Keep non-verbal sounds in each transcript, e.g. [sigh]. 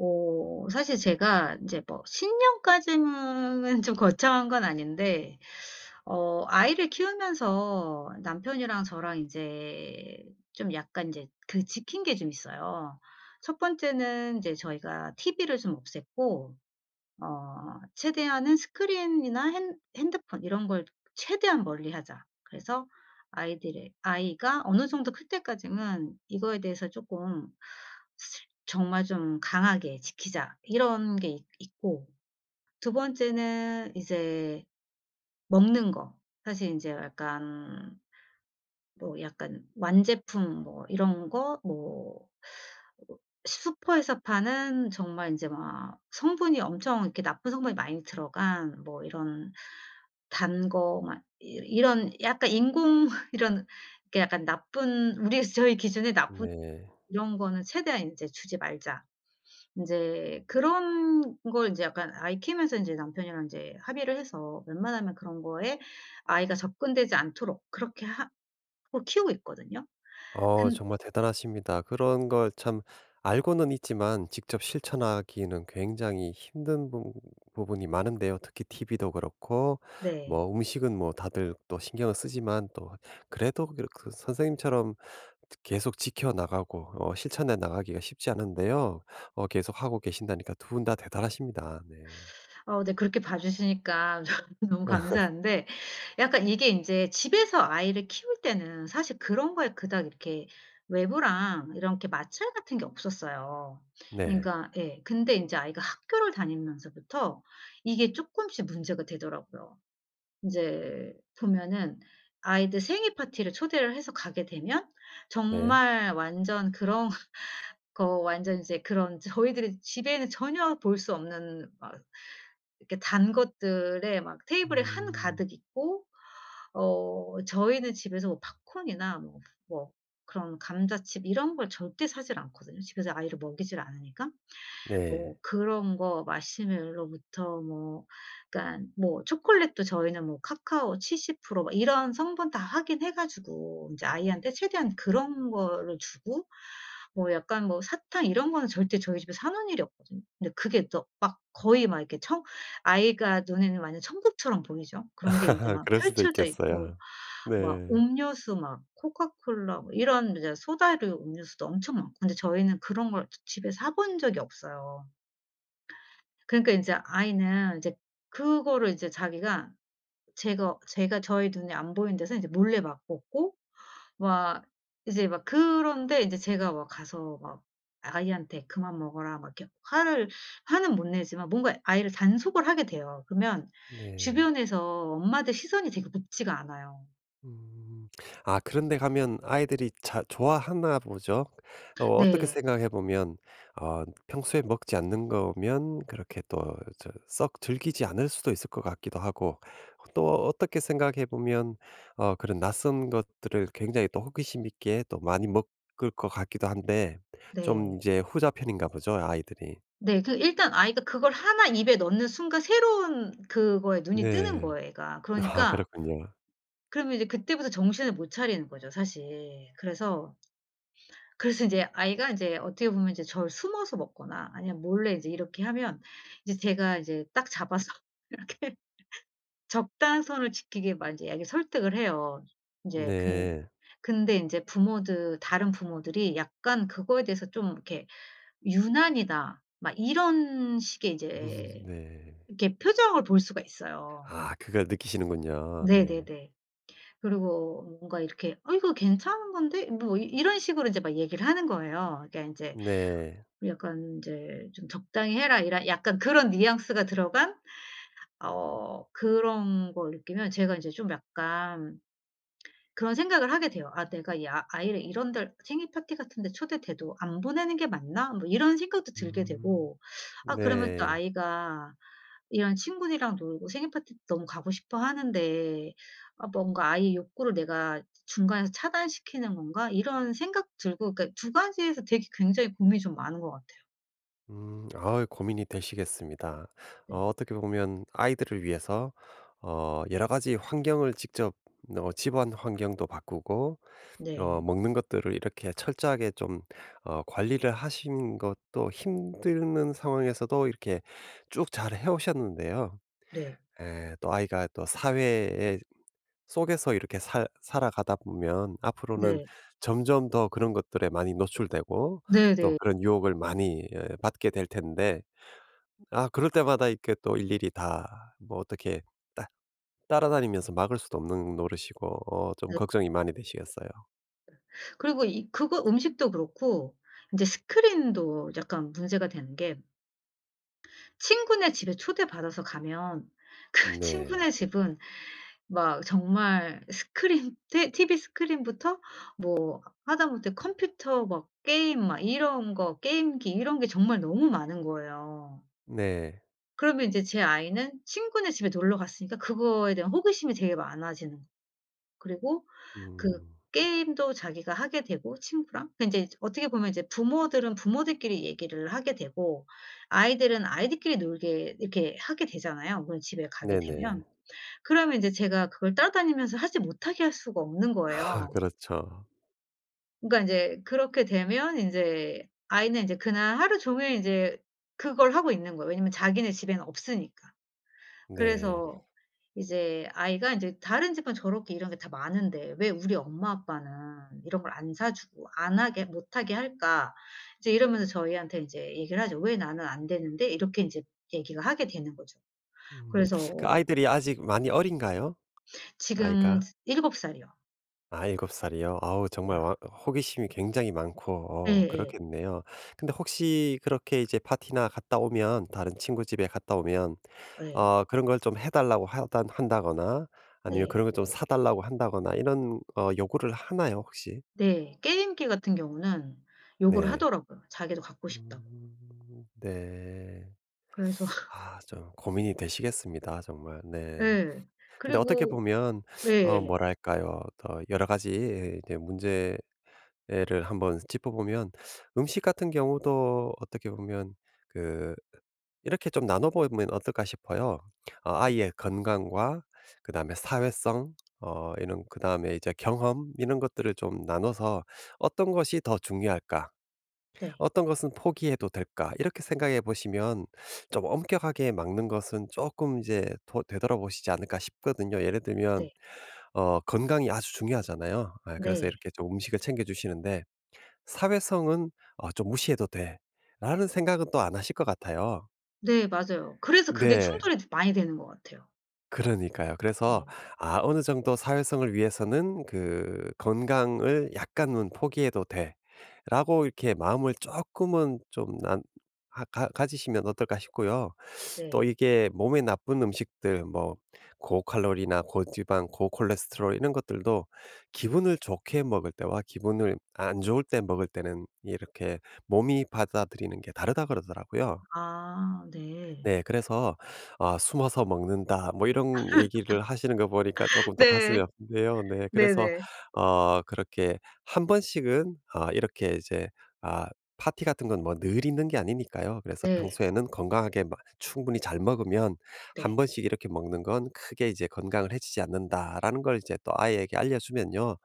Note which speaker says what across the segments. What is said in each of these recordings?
Speaker 1: 사실 제가 인제 뭐 신년까지는 좀 거창한 건 아닌데 아이를 키우면서 남편이랑 저랑 인제 좀 약간 인제 그 지킨 게 좀 있어요. 첫 번째는 인제 저희가 TV를 좀 없앴고, 최대한은 스크린이나 핸 핸드폰 이런 걸 최대한 멀리하자. 그래서 아이들의 아이가 어느 정도 클 때까지는 이거에 대해서 쪼끔 정말 좀 강하게 지키자 이런 게 있 있고, 두 번째는 이제 먹는 거. 사실 이제 약간 뭐 약간 완제품 뭐 이런 거 뭐 슈퍼에서 파는 정말 이제 막 성분이 엄청 이렇게 나쁜 성분이 많이 들어간 뭐 이런 단 거 막 이 이런 약간 인공 [laughs] 이런 이렇게 약간 나쁜 우리 저희 기준에 나쁜
Speaker 2: 네.
Speaker 1: 이런 거는 최대한 이제 주지 말자. 인제 그런 걸 인제 약간 아이 키우면서 인제 남편이랑 인제 합의를 해서 웬만하면 그런 거에 아이가 접근되지 않도록 그렇게 하고 키우고 있거든요. 근
Speaker 2: 정말 대단하십니다. 그런 걸 참 알고는 있지만 직접 실천하기는 굉장히 힘든 부 부분이 많은데요. 특히 TV도 그렇고
Speaker 1: 네.
Speaker 2: 뭐 음식은 뭐 다들 또 신경을 쓰지만 또 그래도 그 선생님처럼 계속 지켜 나가고 실천해 나가기가 쉽지 않은데요. 계속 하고 계신다니까 두 분 다 대단하십니다. 네.
Speaker 1: 네, 그렇게 봐 주시니까 저는 [laughs] 너무
Speaker 2: [laughs]
Speaker 1: 감사한데, 약간 이게 인제 집에서 아이를 키울 때는 사실 그런 거에 그닥 이렇게 외부랑 이렇게 마찰 같은 게 없었어요.
Speaker 2: 네.
Speaker 1: 그러니까 예, 근데 인제 아이가 학교를 다니면서부터 이게 쪼끔씩 문제가 되더라고요. 인제 보면은 아이들 생일 파티를 초대를 해서 가게 되면
Speaker 2: 네.
Speaker 1: 정말 완전 그런 [laughs] 거 완전 이제 그런 [laughs] 저희들이 집에는 전혀 볼 수 없는 막 이렇게 단 것들에 막 테이블에
Speaker 2: 음.
Speaker 1: 한가득 있고, 저희는 집에서 뭐 팝콘이나 뭐 뭐 그런 감자칩 이런 걸 절대 사질 않거든요, 집에서 아이를 먹이질 않으니까.
Speaker 2: 네.
Speaker 1: 뭐 그런 거 마시멜로부터 뭐, 그러니까 뭐 초콜릿도 저희는 뭐 카카오 70% 막 이런 성분 다 확인해 가지고 인제 아이한테 최대한 그런 거를 주고, 뭐 약간 뭐 사탕 이런 거는 절대 저희 집에서 사 놓은 일이 없거든요. 근데 그게 또 막 거의 막 이렇게 청 아이가 눈에는 완전 천국처럼 보이죠. 그런 게 인제
Speaker 2: [laughs]
Speaker 1: 막
Speaker 2: 그럴 수도
Speaker 1: 펼쳐져 있고
Speaker 2: 있겠어요.
Speaker 1: 막
Speaker 2: 네.
Speaker 1: 음료수 막 코카콜라 뭐 이런 이제 소다류 음료수도 엄청 많고, 근데 저희는 그런 걸 집에 사본 적이 없어요. 그러니까 인제 아이는 이제 그거를 이제 자기가 제가 저희 눈에 안 보이는 데서 인제 몰래 막 먹고 막 이제 막, 그런데 인제 제가 막 가서 막 아이한테 "그만 먹어라." 막 이렇게 화를 화는 못 내지만 뭔가 아이를 단속을 하게 돼요. 그러면
Speaker 2: 네.
Speaker 1: 주변에서 엄마들 시선이 되게 높지가 않아요.
Speaker 2: 음. 아 그런 데 가면 아이들이 자 좋아하나 보죠. 어떻게
Speaker 1: 네.
Speaker 2: 생각해 보면 평소에 먹지 않는 거면 그렇게 또 썩 즐기지 않을 수도 있을 것 같기도 하고 또 어떻게 생각해 보면 그런 낯선 것들을 굉장히 또 호기심 있게 또 많이 먹을 것 같기도 한데
Speaker 1: 네.
Speaker 2: 좀 이제 후자 편인가 보죠, 아이들이.
Speaker 1: 네. 그 일단 아이가 그걸 하나 입에 넣는 순간 새로운 그거에 눈이 뜨는
Speaker 2: 네.
Speaker 1: 거예요, 애가.
Speaker 2: 아
Speaker 1: 그러니까
Speaker 2: 그렇군요.
Speaker 1: 그러면 이제 그때부터 정신을 못 차리는 거죠 사실. 그래서 인제 아이가 인제 어떻게 보면 이제 저를 숨어서 먹거나 아니면 몰래 이제 이렇게 하면 이제 제가 이제 딱 잡아서 [laughs] 이렇게 적당선을 지키게 막 인제 애를 설득을 해요. 인제 근
Speaker 2: 네.
Speaker 1: 근데 인제 부모들 다른 부모들이 약간 그거에 대해서 좀 이렇게 유난이다 막 이런 식의
Speaker 2: [laughs]
Speaker 1: 이제
Speaker 2: 네.
Speaker 1: 이렇게 표정을 볼 수가 있어요.
Speaker 2: 아 그걸 느끼시는군요. 네.
Speaker 1: 네네네. 그리고 뭔가 이렇게 "어 이거 괜찮은 건데?" 뭐 이 이런 식으로 인제 막 얘기를 하는 거예요. 그러니까 인제
Speaker 2: 네.
Speaker 1: 약간 인제 좀 "적당히 해라." 이런 약간 그런 뉘앙스가 들어간 그런 걸 느끼면 제가 인제 좀 약간 그런 생각을 하게 돼요. '아 내가 이 아 아이를 이런 데 생일 파티 같은 데 초대돼도 안 보내는 게 맞나?' 뭐 이런 생각도 들게
Speaker 2: 음.
Speaker 1: 되고, 아 그러면 또
Speaker 2: 네.
Speaker 1: 아이가 이런 친구들이랑 놀고 생일 파티 너무 가고 싶어 하는데 아 뭔가 '아이의 욕구를 내가 중간에서 차단시키는 건가?' 이런 생각 들고. 그러니까 두 가지에서 되게 굉장히 고민이 좀 많은 것 같아요.
Speaker 2: 음. 아 고민이 되시겠습니다.
Speaker 1: 네.
Speaker 2: 어떻게 보면 아이들을 위해서 여러 가지 환경을 직접 집안 환경도 바꾸고
Speaker 1: 네.
Speaker 2: 먹는 것들을 이렇게 철저하게 좀 관리를 하신 것도 힘드는 상황에서도 이렇게 쭉 잘 해 오셨는데요.
Speaker 1: 네.
Speaker 2: 예. 또 아이가 또 사회에 속에서 이렇게 살 살아가다 보면 앞으로는
Speaker 1: 네.
Speaker 2: 점점 더 그런 것들에 많이 노출되고
Speaker 1: 네네.
Speaker 2: 또
Speaker 1: 네.
Speaker 2: 그런 유혹을 많이 받게 될 텐데 아 그럴 때마다 이렇게 또 일일이 다 뭐 어떻게 따 따라다니면서 막을 수도 없는 노릇이고 좀
Speaker 1: 네.
Speaker 2: 걱정이 많이 되시겠어요.
Speaker 1: 그리고 이 그거 음식도 그렇고 인제 스크린도 약간 문제가 되는 게, 친구네 집에 초대받아서 가면 그
Speaker 2: 네.
Speaker 1: 친구네 집은 막 정말 스크린 [laughs] 테 TV 스크린부터 뭐 하다못해 컴퓨터 막 게임 막 이런 거 게임기 이런 게 정말 너무 많은 거예요.
Speaker 2: 네.
Speaker 1: 그러면 이제 제 아이는 친구네 집에 놀러 갔으니까 그거에 대한 호기심이 되게 많아지는 거. 그리고 그
Speaker 2: 음.
Speaker 1: 게임도 자기가 하게 되고 친구랑 그 이제 어떻게 보면 이제 부모들은 부모들끼리 얘기를 하게 되고 아이들은 아이들끼리 놀게 이렇게 하게 되잖아요, 물론 집에 가게
Speaker 2: 네네.
Speaker 1: 되면. 그러면 이제 제가 그걸 따라다니면서 하지 못하게 할 수가 없는
Speaker 2: 아
Speaker 1: 거예요.
Speaker 2: 그렇죠.
Speaker 1: 그러니까 인제 그렇게 되면 인제 아이는 인제 그날 하루 종일 인제 그걸 하고 있는 거예요. 왜냐면 자기네 집에는 없으니까.
Speaker 2: 네.
Speaker 1: 그래서 이제 아이가 인제 "다른 집은 저렇게 이런 게 다 많은데 왜 우리 엄마 아빠는 이런 걸 안 사 주고 안 하게 못 하게 할까?" 이제 이러면서 저희한테 인제 얘기를 하죠. "왜 나는 안 되는데?" 이렇게 인제 얘기가 하게 되는 거죠.
Speaker 2: 음. 그
Speaker 1: 그래서
Speaker 2: 아이들이 아직 많이 어린가요?
Speaker 1: 지금
Speaker 2: 아이가?
Speaker 1: 7 살이요.
Speaker 2: 아 일곱 살이요? 아우
Speaker 1: 네.
Speaker 2: 정말 호기심이 굉장히 많고
Speaker 1: 예예.
Speaker 2: 그렇겠네요. 근데 혹시 그렇게 이제 파티나 갔다 오면 다른 친구 집에 갔다 오면
Speaker 1: 네,
Speaker 2: 그런 걸 좀 해 달라고 하 한다거나 아니면
Speaker 1: 네.
Speaker 2: 그런 걸 좀 사 달라고 한다거나 이런 요구를 하나요 혹시?
Speaker 1: 네. 게임기 같은 경우는 요구를
Speaker 2: 네.
Speaker 1: 하더라고요, 자기도 갖고 싶다고.
Speaker 2: 네.
Speaker 1: 그래서 [laughs]
Speaker 2: 아 좀 고민이 되시겠습니다 정말. 네.
Speaker 1: 예.
Speaker 2: 근데 어떻게
Speaker 1: 그리고
Speaker 2: 보면
Speaker 1: 예.
Speaker 2: 뭐랄까요? 더 여러 가지 이제 문제 예를 한번 짚어보면 음식 같은 경우도 어떻게 보면 그 이렇게 좀 나눠보면 어떨까 싶어요.
Speaker 1: 네.
Speaker 2: 아이의 건강과 그 다음에 사회성, 이런 그 다음에 이제 경험 이런 것들을 좀 나눠서 어떤 것이 더 중요할까,
Speaker 1: 네.
Speaker 2: 어떤 것은 포기해도 될까 이렇게 생각해 보시면 좀 엄격하게 막는 것은 조금 이제 되돌아보시지 않을까 싶거든요. 예를 들면
Speaker 1: 네.
Speaker 2: 건강이 아주 중요하잖아요. 아, 그래서
Speaker 1: 네.
Speaker 2: 이렇게 좀 음식을 챙겨 주시는데 사회성은 '어 좀 무시해도 돼.'라는 생각은 또 안 하실 것 같아요.
Speaker 1: 네. 맞아요. 그래서 그게
Speaker 2: 네.
Speaker 1: 충돌이 많이 되는 것 같아요.
Speaker 2: 그러니까요. 그래서
Speaker 1: 네.
Speaker 2: 아 어느 정도 사회성을 위해서는 그 '건강을 약간은 포기해도 돼.'라고 이렇게 마음을 조금은 좀 난 하 가 가지시면 어떨까 싶고요. 또
Speaker 1: 네.
Speaker 2: 이게 몸에 나쁜 음식들 뭐 고칼로리나 고지방, 고콜레스테롤 이런 것들도 기분을 좋게 먹을 때와 기분을 안 좋을 때 먹을 때는 이렇게 몸이 받아들이는 게 다르다 그러더라고요.
Speaker 1: 아, 네.
Speaker 2: 네. 그래서 아 "숨어서 먹는다." 뭐 이런 얘기를 하시는 거 보니까 조금
Speaker 1: [laughs]
Speaker 2: 또
Speaker 1: 네.
Speaker 2: 가슴이 아픈데요. 네.
Speaker 1: 네,
Speaker 2: 그래서
Speaker 1: 네.
Speaker 2: 그렇게 한 번씩은 아 이렇게 이제 아 파티 같은 건 뭐 늘 있는 게 아니니까요. 그래서
Speaker 1: 네.
Speaker 2: 평소에는 건강하게 마 충분히 잘 먹으면 한
Speaker 1: 네.
Speaker 2: 번씩 이렇게 먹는 건 '크게 이제 건강을 해치지 않는다.'라는 걸 이제 또 아이에게 알려주면요.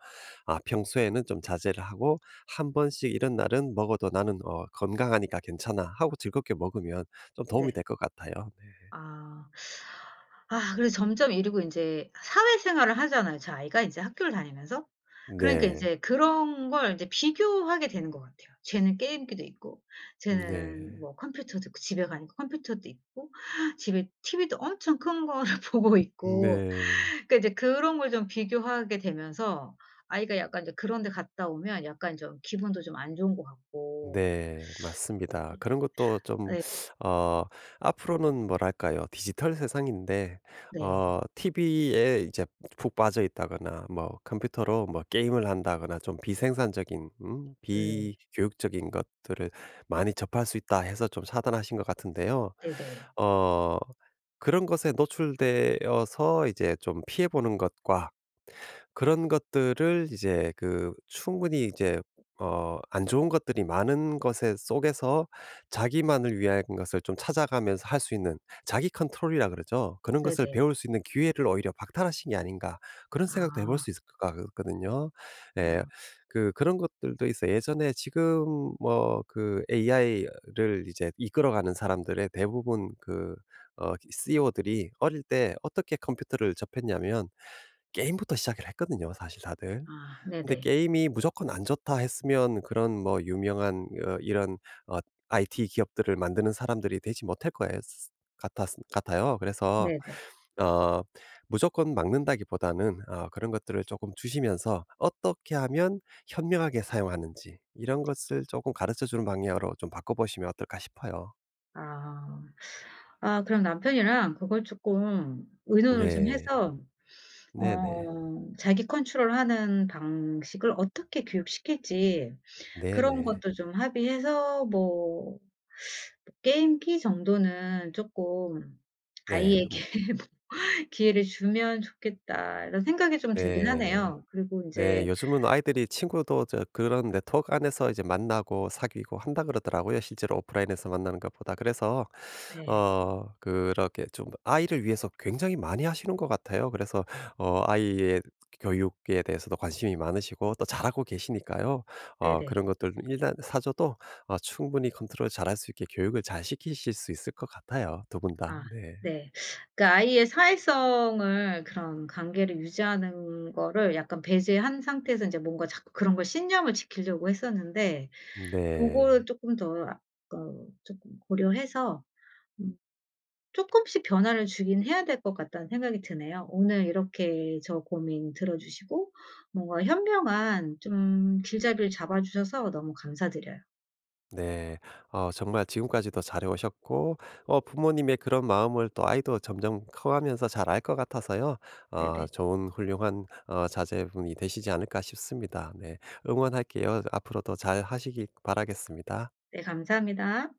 Speaker 2: 아 평소에는 좀 자제를 하고 한 번씩 이런 날은 먹어도 '나는 어 건강하니까 괜찮아.' 하고 즐겁게 먹으면 좀 도움이
Speaker 1: 네.
Speaker 2: 될 것 같아요. 네.
Speaker 1: 아. 아 그래서 점점 이러고 인제 사회생활을 하잖아요, 저 아이가 인제 학교를 다니면서. 그러니까
Speaker 2: 네.
Speaker 1: 인제 그런 걸 인제 비교하게 되는 것 같아요. 쟤는 게임기도 있고, 쟤는
Speaker 2: 네.
Speaker 1: 뭐 컴퓨터도 있고 집에 가니까 컴퓨터도 있고 집에 티브이도 엄청 큰 거를 [laughs] 보고 있고.
Speaker 2: 네.
Speaker 1: 그러니까 이제 그런 걸 좀 비교하게 되면서 아이가 약간 이제 그런 데 갔다 오면 약간 좀 기분도 좀 안 좋은 것 같고.
Speaker 2: 네. 맞습니다. 그런 것도 좀
Speaker 1: 네.
Speaker 2: 어 앞으로는 뭐랄까요? 디지털 세상인데
Speaker 1: 네.
Speaker 2: TV에 이제 푹 빠져 있다거나 뭐 컴퓨터로 뭐 게임을 한다거나 좀 비생산적인
Speaker 1: 예.
Speaker 2: 비교육적인 것들을 많이 접할 수 있다 해서 좀 차단하신 것 같은데요.
Speaker 1: 네네.
Speaker 2: 어 그런 것에 노출되어서 이제 좀 피해 보는 것과 그런 것들을 이제 그 충분히 이제 안 좋은 것들이 많은 것에 속에서 자기만을 위한 것을 좀 찾아가면서 할 수 있는 자기 컨트롤이라 그러죠. 그런 것을
Speaker 1: 네네.
Speaker 2: 배울 수 있는 기회를 오히려 박탈하신 게 아닌가 그런 생각도 해볼
Speaker 1: 아.
Speaker 2: 수 있을 것 같거든요.
Speaker 1: 어.
Speaker 2: 예. 그 그런 것들도 있어 예전에 지금 뭐 그 AI를 이제 이끌어가는 사람들의 대부분 그 CEO들이 어릴 때 어떻게 컴퓨터를 접했냐면 게임부터 시작을 했거든요 사실 다들.
Speaker 1: 아,
Speaker 2: 근데
Speaker 1: 네네.
Speaker 2: 게임이 무조건 안 좋다 했으면 그런 뭐 유명한 이런 어 IT 기업들을 만드는 사람들이 되지 못할 거예요. 같았 같아요. 그래서
Speaker 1: 네네.
Speaker 2: 어 무조건 막는다기보다는 그런 것들을 조금 주시면서 어떻게 하면 현명하게 사용하는지 이런 것을 조금 가르쳐 주는 방향으로 좀 바꿔 보시면 어떨까 싶어요.
Speaker 1: 아. 아 그럼 남편이랑 그걸 조금 의논을 좀
Speaker 2: 네.
Speaker 1: 해서
Speaker 2: 네네.
Speaker 1: 자기 컨트롤하는 방식을 어떻게 교육시킬지 그런
Speaker 2: 네네.
Speaker 1: 것도 좀 합의해서 뭐 "게임기 정도는 조금
Speaker 2: 네.
Speaker 1: 아이에게 [laughs] 기회를 주면 좋겠다." 이런 생각이 좀 들긴
Speaker 2: 네.
Speaker 1: 하네요. 그리고 이제
Speaker 2: 네. 요즘은 아이들이 친구도 저 그런 네트워크 안에서 이제 만나고 사귀고 한다 그러더라고요, 실제로 오프라인에서 만나는 것보다. 그래서
Speaker 1: 네.
Speaker 2: 그렇게 좀 아이를 위해서 굉장히 많이 하시는 것 같아요. 그래서 아이의 교육에 대해서도 관심이 많으시고 또 잘하고 계시니까요.
Speaker 1: 네네.
Speaker 2: 그런 것들 일단 사줘도 충분히 컨트롤 잘할 수 있게 교육을 잘 시키실 수 있을 것 같아요, 두 분 다.
Speaker 1: 아,
Speaker 2: 네.
Speaker 1: 네. 그러니까 아이의 사회성을 그런 관계를 유지하는 거를 약간 배제한 상태에서 이제 뭔가 자꾸 그런 걸 신념을 지키려고 했었는데, 그거를
Speaker 2: 네.
Speaker 1: 금더 어 조금 고려해서 음금씩 변화를 주긴 해야 될 것 같다는 생각이 드네요. 오늘 이렇게 저 고민 들어 주시고 뭔가 현명한 좀 길잡이를 잡아 주셔서 너무 감사드려요.
Speaker 2: 네. 정말 지금까지도 잘해 오셨고 부모님의 그런 마음을 또 아이도 점점 커가면서 잘 알 것 같아서요.
Speaker 1: 네네.
Speaker 2: 좋은 훌륭한 자제분이 되시지 않을까 싶습니다. 네. 응원할게요. 앞으로도 잘하시길 바라겠습니다.
Speaker 1: 네. 감사합니다.